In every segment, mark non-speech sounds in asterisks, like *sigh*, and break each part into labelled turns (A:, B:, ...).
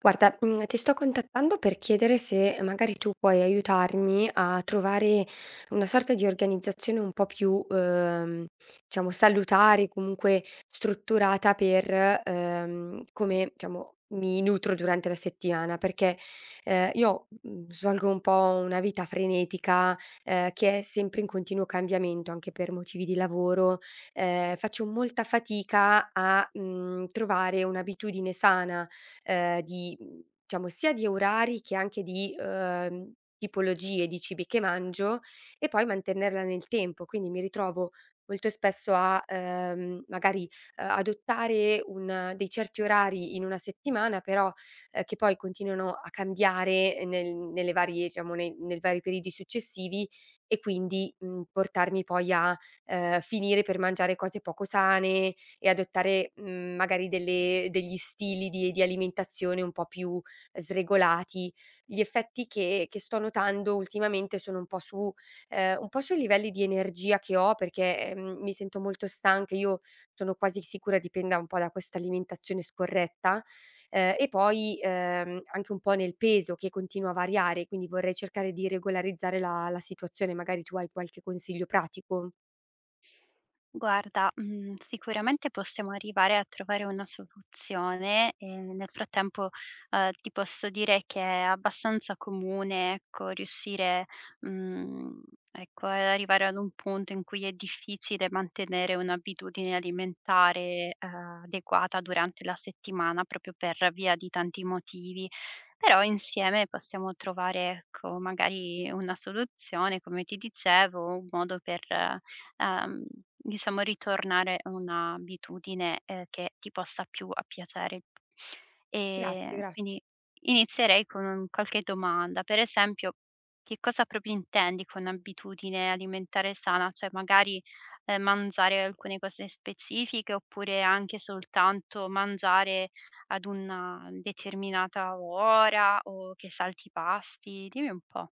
A: Guarda, ti sto contattando per chiedere se magari tu puoi aiutarmi a trovare una sorta di organizzazione un po' più, diciamo salutare, comunque strutturata per, come diciamo mi nutro durante la settimana, perché, io, svolgo un po' una vita frenetica, che è sempre in continuo cambiamento, anche per motivi di lavoro, faccio molta fatica a, trovare un'abitudine sana di diciamo sia di orari che anche di, tipologie di cibi che mangio e poi mantenerla nel tempo. Quindi mi ritrovo molto spesso a, magari, adottare un dei certi orari in una settimana, però, che poi continuano a cambiare nelle varie diciamo nei vari periodi successivi e quindi, portarmi poi a, finire per mangiare cose poco sane e adottare, magari delle degli stili di alimentazione un po' più sregolati. Gli effetti che sto notando ultimamente sono un po' su un po' sui livelli di energia che ho perché, mi sento molto stanca. Io sono quasi sicura dipenda un po' da questa alimentazione scorretta, e poi, anche un po' nel peso che continua a variare, quindi vorrei cercare di regolarizzare la situazione. Magari tu hai qualche consiglio pratico?
B: Guarda, sicuramente possiamo arrivare a trovare una soluzione e nel frattempo, ti posso dire che è abbastanza comune, ecco, riuscire, mhmm, ecco, ad arrivare ad un punto in cui è difficile mantenere un'abitudine alimentare, adeguata durante la settimana proprio per via di tanti motivi. Però insieme possiamo trovare, ecco, magari una soluzione, come ti dicevo, un modo per ehm, diciamo ritornare a un'abitudine, che ti possa più a piacere.
A: Grazie,
B: Ehm,
A: grazie.
B: quindi inizierei con un qualche domanda. Per esempio, che cosa proprio intendi con abitudine alimentare sana? Cioè magari, mangiare alcune cose specifiche, oppure anche soltanto mangiare ad una determinata ora o che salti i pasti? Dimmi un po'.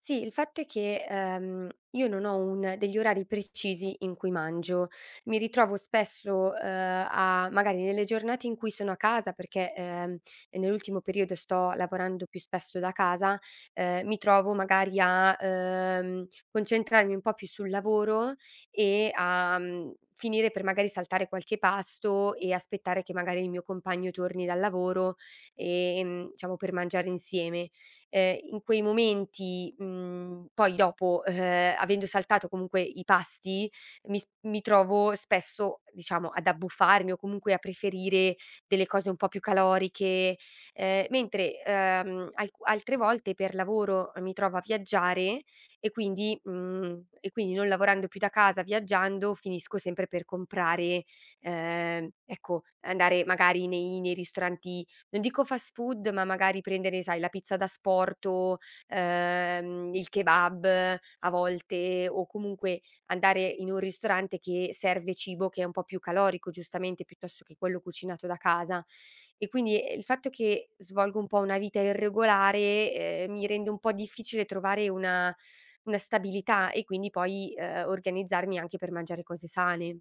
A: Sì, il fatto è che, io non ho un degli orari precisi in cui mangio. Mi ritrovo spesso, a magari nelle giornate in cui sono a casa perché, nell'ultimo periodo sto lavorando più spesso da casa, mi trovo magari a, concentrarmi un po' più sul lavoro e a, finire per magari saltare qualche pasto e aspettare che magari il mio compagno torni dal lavoro, diciamo per mangiare insieme in quei momenti, poi dopo, avendo saltato comunque i pasti, mi trovo spesso, diciamo, ad abbuffarmi o comunque a preferire delle cose un po' più caloriche, mentre, alc altre volte per lavoro mi trovo a viaggiare e quindi non lavorando più da casa, viaggiando, finisco sempre per comprare, ecco, andare magari nei ristoranti non dico fast food, ma magari prendere, sai, la pizza da asporto, il kebab a volte, o comunque andare in un ristorante che serve cibo che è un po' più calorico, giustamente, piuttosto che quello cucinato da casa. E quindi, il fatto che svolgo un po' una vita irregolare, mi rende un po' difficile trovare una stabilità e quindi poi, organizzarmi anche per mangiare cose sane.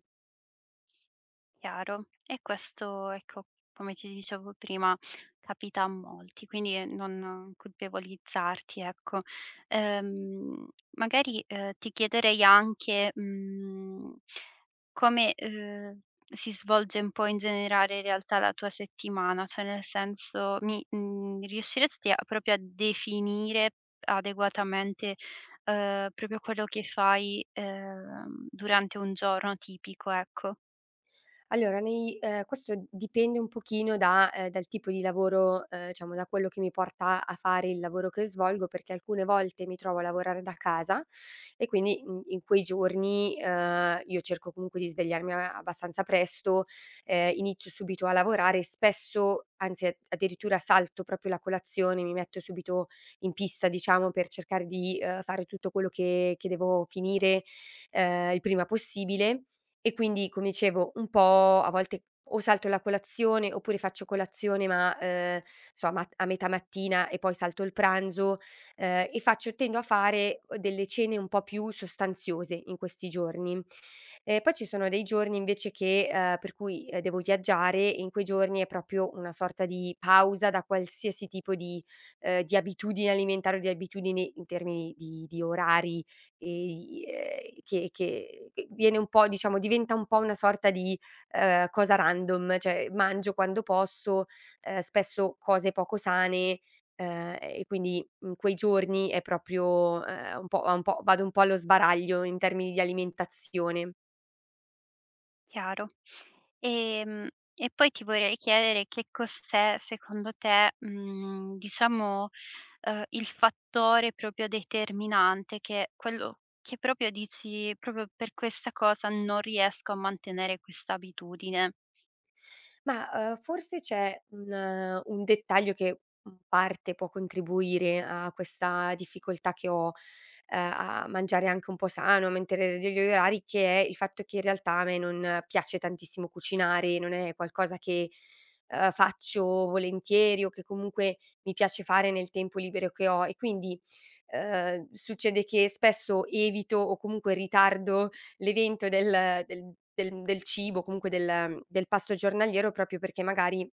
B: Chiaro. E questo, ecco, come ti dicevo prima, capita a molti, quindi non colpevolizzarti, ecco. Magari ti chiederei anche come si svolge un po' in generale in realtà la tua settimana, cioè nel senso, riusciresti a- proprio a definire adeguatamente proprio quello che fai durante un giorno tipico, ecco?
A: Allora nei questo dipende un pochino da dal tipo di lavoro, diciamo da quello che mi porta a fare il lavoro che svolgo, perché alcune volte mi trovo a lavorare da casa e quindi in quei giorni, io cerco comunque di svegliarmi a abbastanza presto, inizio subito a lavorare e spesso, anzi a addirittura salto proprio la colazione, mi metto subito in pista diciamo per cercare di, fare tutto quello che devo finire, il prima possibile. E quindi, come dicevo, un po' a volte o salto la colazione, oppure faccio colazione ma a metà mattina e poi salto il pranzo, e faccio tendo a fare delle cene un po' più sostanziose in questi giorni. E poi ci sono dei giorni invece che per cui, devo viaggiare e in quei giorni è proprio una sorta di pausa da qualsiasi tipo di abitudine alimentare o di abitudini in termini di orari ehm, che viene un po' diciamo diventa un po' una sorta di, cosa random, cioè mangio quando posso, spesso cose poco sane, e quindi in quei giorni è proprio, un po' vado un po' allo sbaraglio in termini di alimentazione.
B: Chiaro. Ehm, e poi ti vorrei chiedere che cos'è secondo te, diciamo, il fattore proprio determinante che quello che proprio dici: "Proprio per questa cosa non riesco a mantenere questa abitudine".
A: Ma, forse c'è un dettaglio che in parte può contribuire a questa difficoltà che ho, a mangiare anche un po' sano, a mantenere degli orari, che è il fatto che in realtà a me non piace tantissimo cucinare, non è qualcosa che, faccio volentieri o che comunque mi piace fare nel tempo libero che ho e quindi, succede che spesso evito o comunque ritardo l'evento del cibo, comunque del pasto giornaliero, proprio perché magari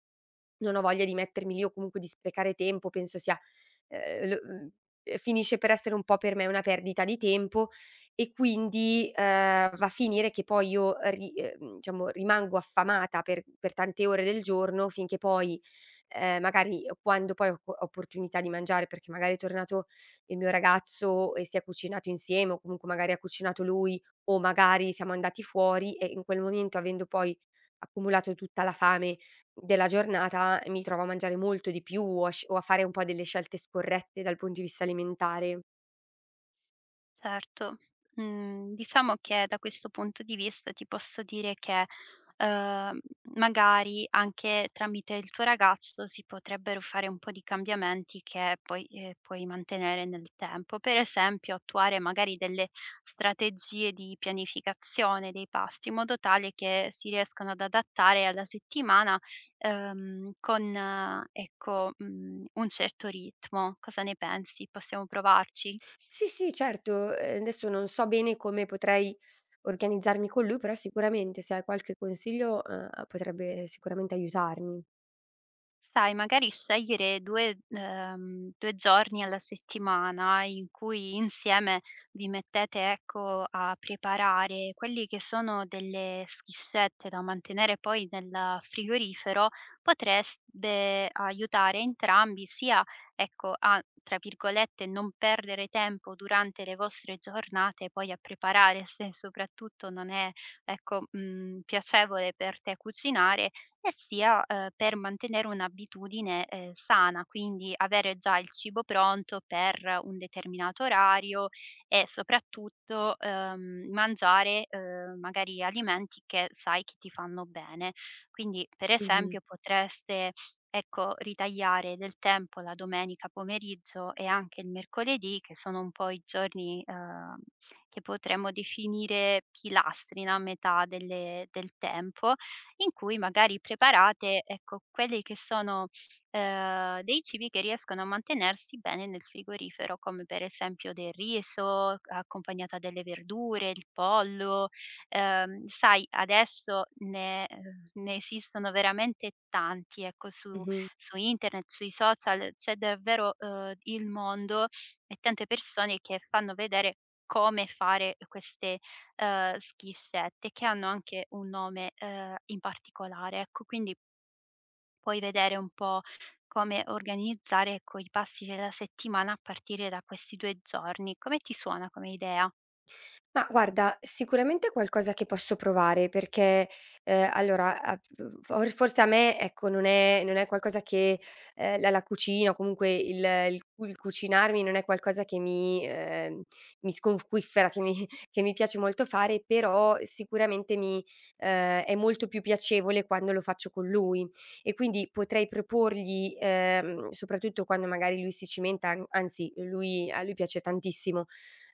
A: non ho voglia di mettermi lì o comunque di sprecare tempo, penso sia ehm, lo mhmm, finisce per essere un po' per me una perdita di tempo e quindi, va a finire che poi io ri diciamo rimango affamata per tante ore del giorno finché poi, magari quando poi ho co opportunità di mangiare, perché magari è tornato il mio ragazzo e si è cucinato insieme o comunque magari ha cucinato lui o magari siamo andati fuori e in quel momento, avendo poi accumulato tutta la fame della giornata, mi trovo a mangiare molto di più o a fare un po' delle scelte scorrette dal punto di vista alimentare.
B: Certo. Mhmm, diciamo che da questo punto di vista ti posso dire che, ehm, magari anche tramite il tuo ragazzo si potrebbero fare un po' di cambiamenti che poi, puoi mantenere nel tempo. Per esempio, attuare magari delle strategie di pianificazione dei pasti, in modo tale che si riescano ad adattare alla settimana, con ecco, mhmm, un certo ritmo. Cosa ne pensi? Possiamo provarci?
A: Sì, sì, certo, adesso non so bene come potrei organizzarmi con lui, però sicuramente se hai qualche consiglio, potrebbe sicuramente aiutarmi.
B: Sai, magari scegliere 2, 2 giorni alla settimana in cui insieme vi mettete, ecco, a preparare quelli che sono delle schiscette da mantenere poi nel frigorifero, potrebbe aiutare entrambi sia, ecco, a, tra virgolette, "non perdere tempo" durante le vostre giornate poi a preparare, se soprattutto non è, ecco, mhmm, piacevole per te cucinare e sia, per mantenere un'abitudine, sana, quindi avere già il cibo pronto per un determinato orario e soprattutto, mangiare, magari alimenti che sai che ti fanno bene. Quindi, per
A: Mh-mh,
B: esempio, potreste, ecco, ritagliare del tempo la domenica pomeriggio e anche il mercoledì, che sono un po' i giorni, che potremmo definire pilastri, no, a metà del tempo, in cui magari preparate, ecco, quelli che sono, dei cibi che riescono a mantenersi bene nel frigorifero, come per esempio del riso accompagnato a delle verdure, il pollo. Sai, adesso ne esistono veramente tanti, ecco, su
A: mh-mh.
B: su internet, sui social, c'è davvero, il mondo e tante persone che fanno vedere come fare queste schissette che hanno anche un nome, in particolare, ecco. Quindi puoi vedere un po' come organizzare, ecco, i passi della settimana a partire da questi 2 giorni. Come ti suona come idea?
A: Ma guarda, sicuramente è qualcosa che posso provare perché, allora, a f for forse a me, ecco, non è qualcosa che la cucina o comunque il cucinarmi non è qualcosa che mi sconquiffera, che mi *laughs* che mi piace molto fare, però sicuramente mi è molto più piacevole quando lo faccio con lui. E quindi potrei proporgli, soprattutto quando magari lui si cimenta, an anzi lui a lui piace tantissimo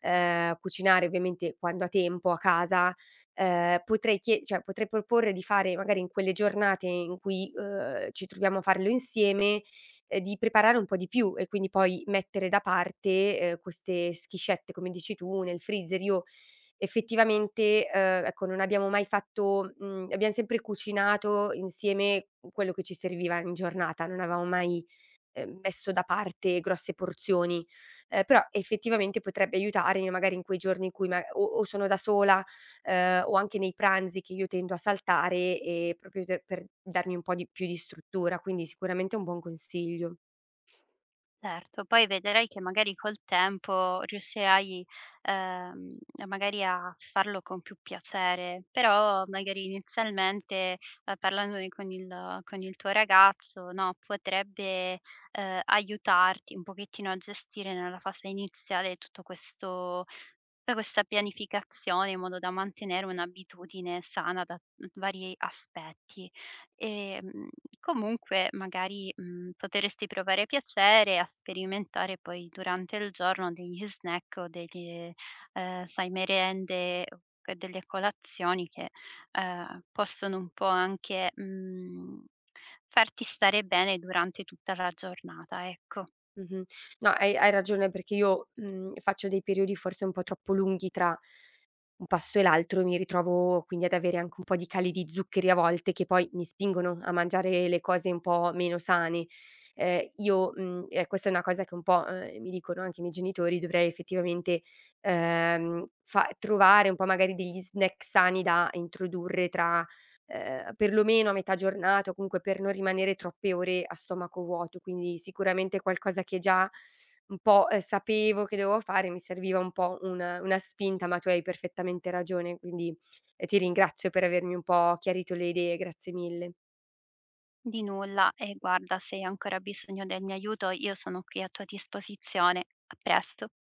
A: cucinare ovviamente quando ha tempo a casa, potrei chie cioè potrei proporre di fare magari in quelle giornate in cui, ci troviamo a farlo insieme, di preparare un po' di più e quindi poi mettere da parte, queste schiscette, come dici tu, nel freezer. Io effettivamente, ecco, non abbiamo mai fatto abbiam sempre cucinato insieme quello che ci serviva in giornata, non avevamo mai, messo da parte grosse porzioni. Però effettivamente potrebbe aiutarmi magari in quei giorni in cui o sono da sola, o anche nei pranzi che io tendo a saltare, proprio per darmi un po' di più di struttura, quindi sicuramente è un buon consiglio.
B: Certo, poi vedrai che magari col tempo riuscirai, ehm, magari a farlo con più piacere, però magari inizialmente, parlandone con il tuo ragazzo, no, potrebbe, aiutarti un pochettino a gestire nella fase iniziale tutto questo. Tutta questa pianificazione in modo da mantenere un'abitudine sana da vari aspetti. Ehm, Comunque magari, potresti provare piacere a sperimentare poi durante il giorno degli snack o delle, sai merende o c delle colazioni che, possono un po' anche, farti stare bene durante tutta la giornata, ecco.
A: Mh-mh. No, hai ragione perché io, faccio dei periodi forse un po' troppo lunghi tra un pasto e l'altro e mi ritrovo quindi ad avere anche un po' di cali di zuccheri a volte che poi mi spingono a mangiare le cose un po' meno sane. E questa è una cosa che un po', mi dicono anche i miei genitori, dovrei effettivamente, fa trovare un po' magari degli snack sani da introdurre tra perlomeno a metà giornata o comunque per non rimanere troppe ore a stomaco vuoto. Quindi sicuramente qualcosa che già un po', sapevo che dovevo fare, mi serviva un po' una spinta, ma tu hai perfettamente ragione, quindi, ti ringrazio per avermi un po' chiarito le idee, grazie mille.
B: Di nulla e guarda, se hai ancora bisogno del mio aiuto, io sono qui a tua disposizione. A presto.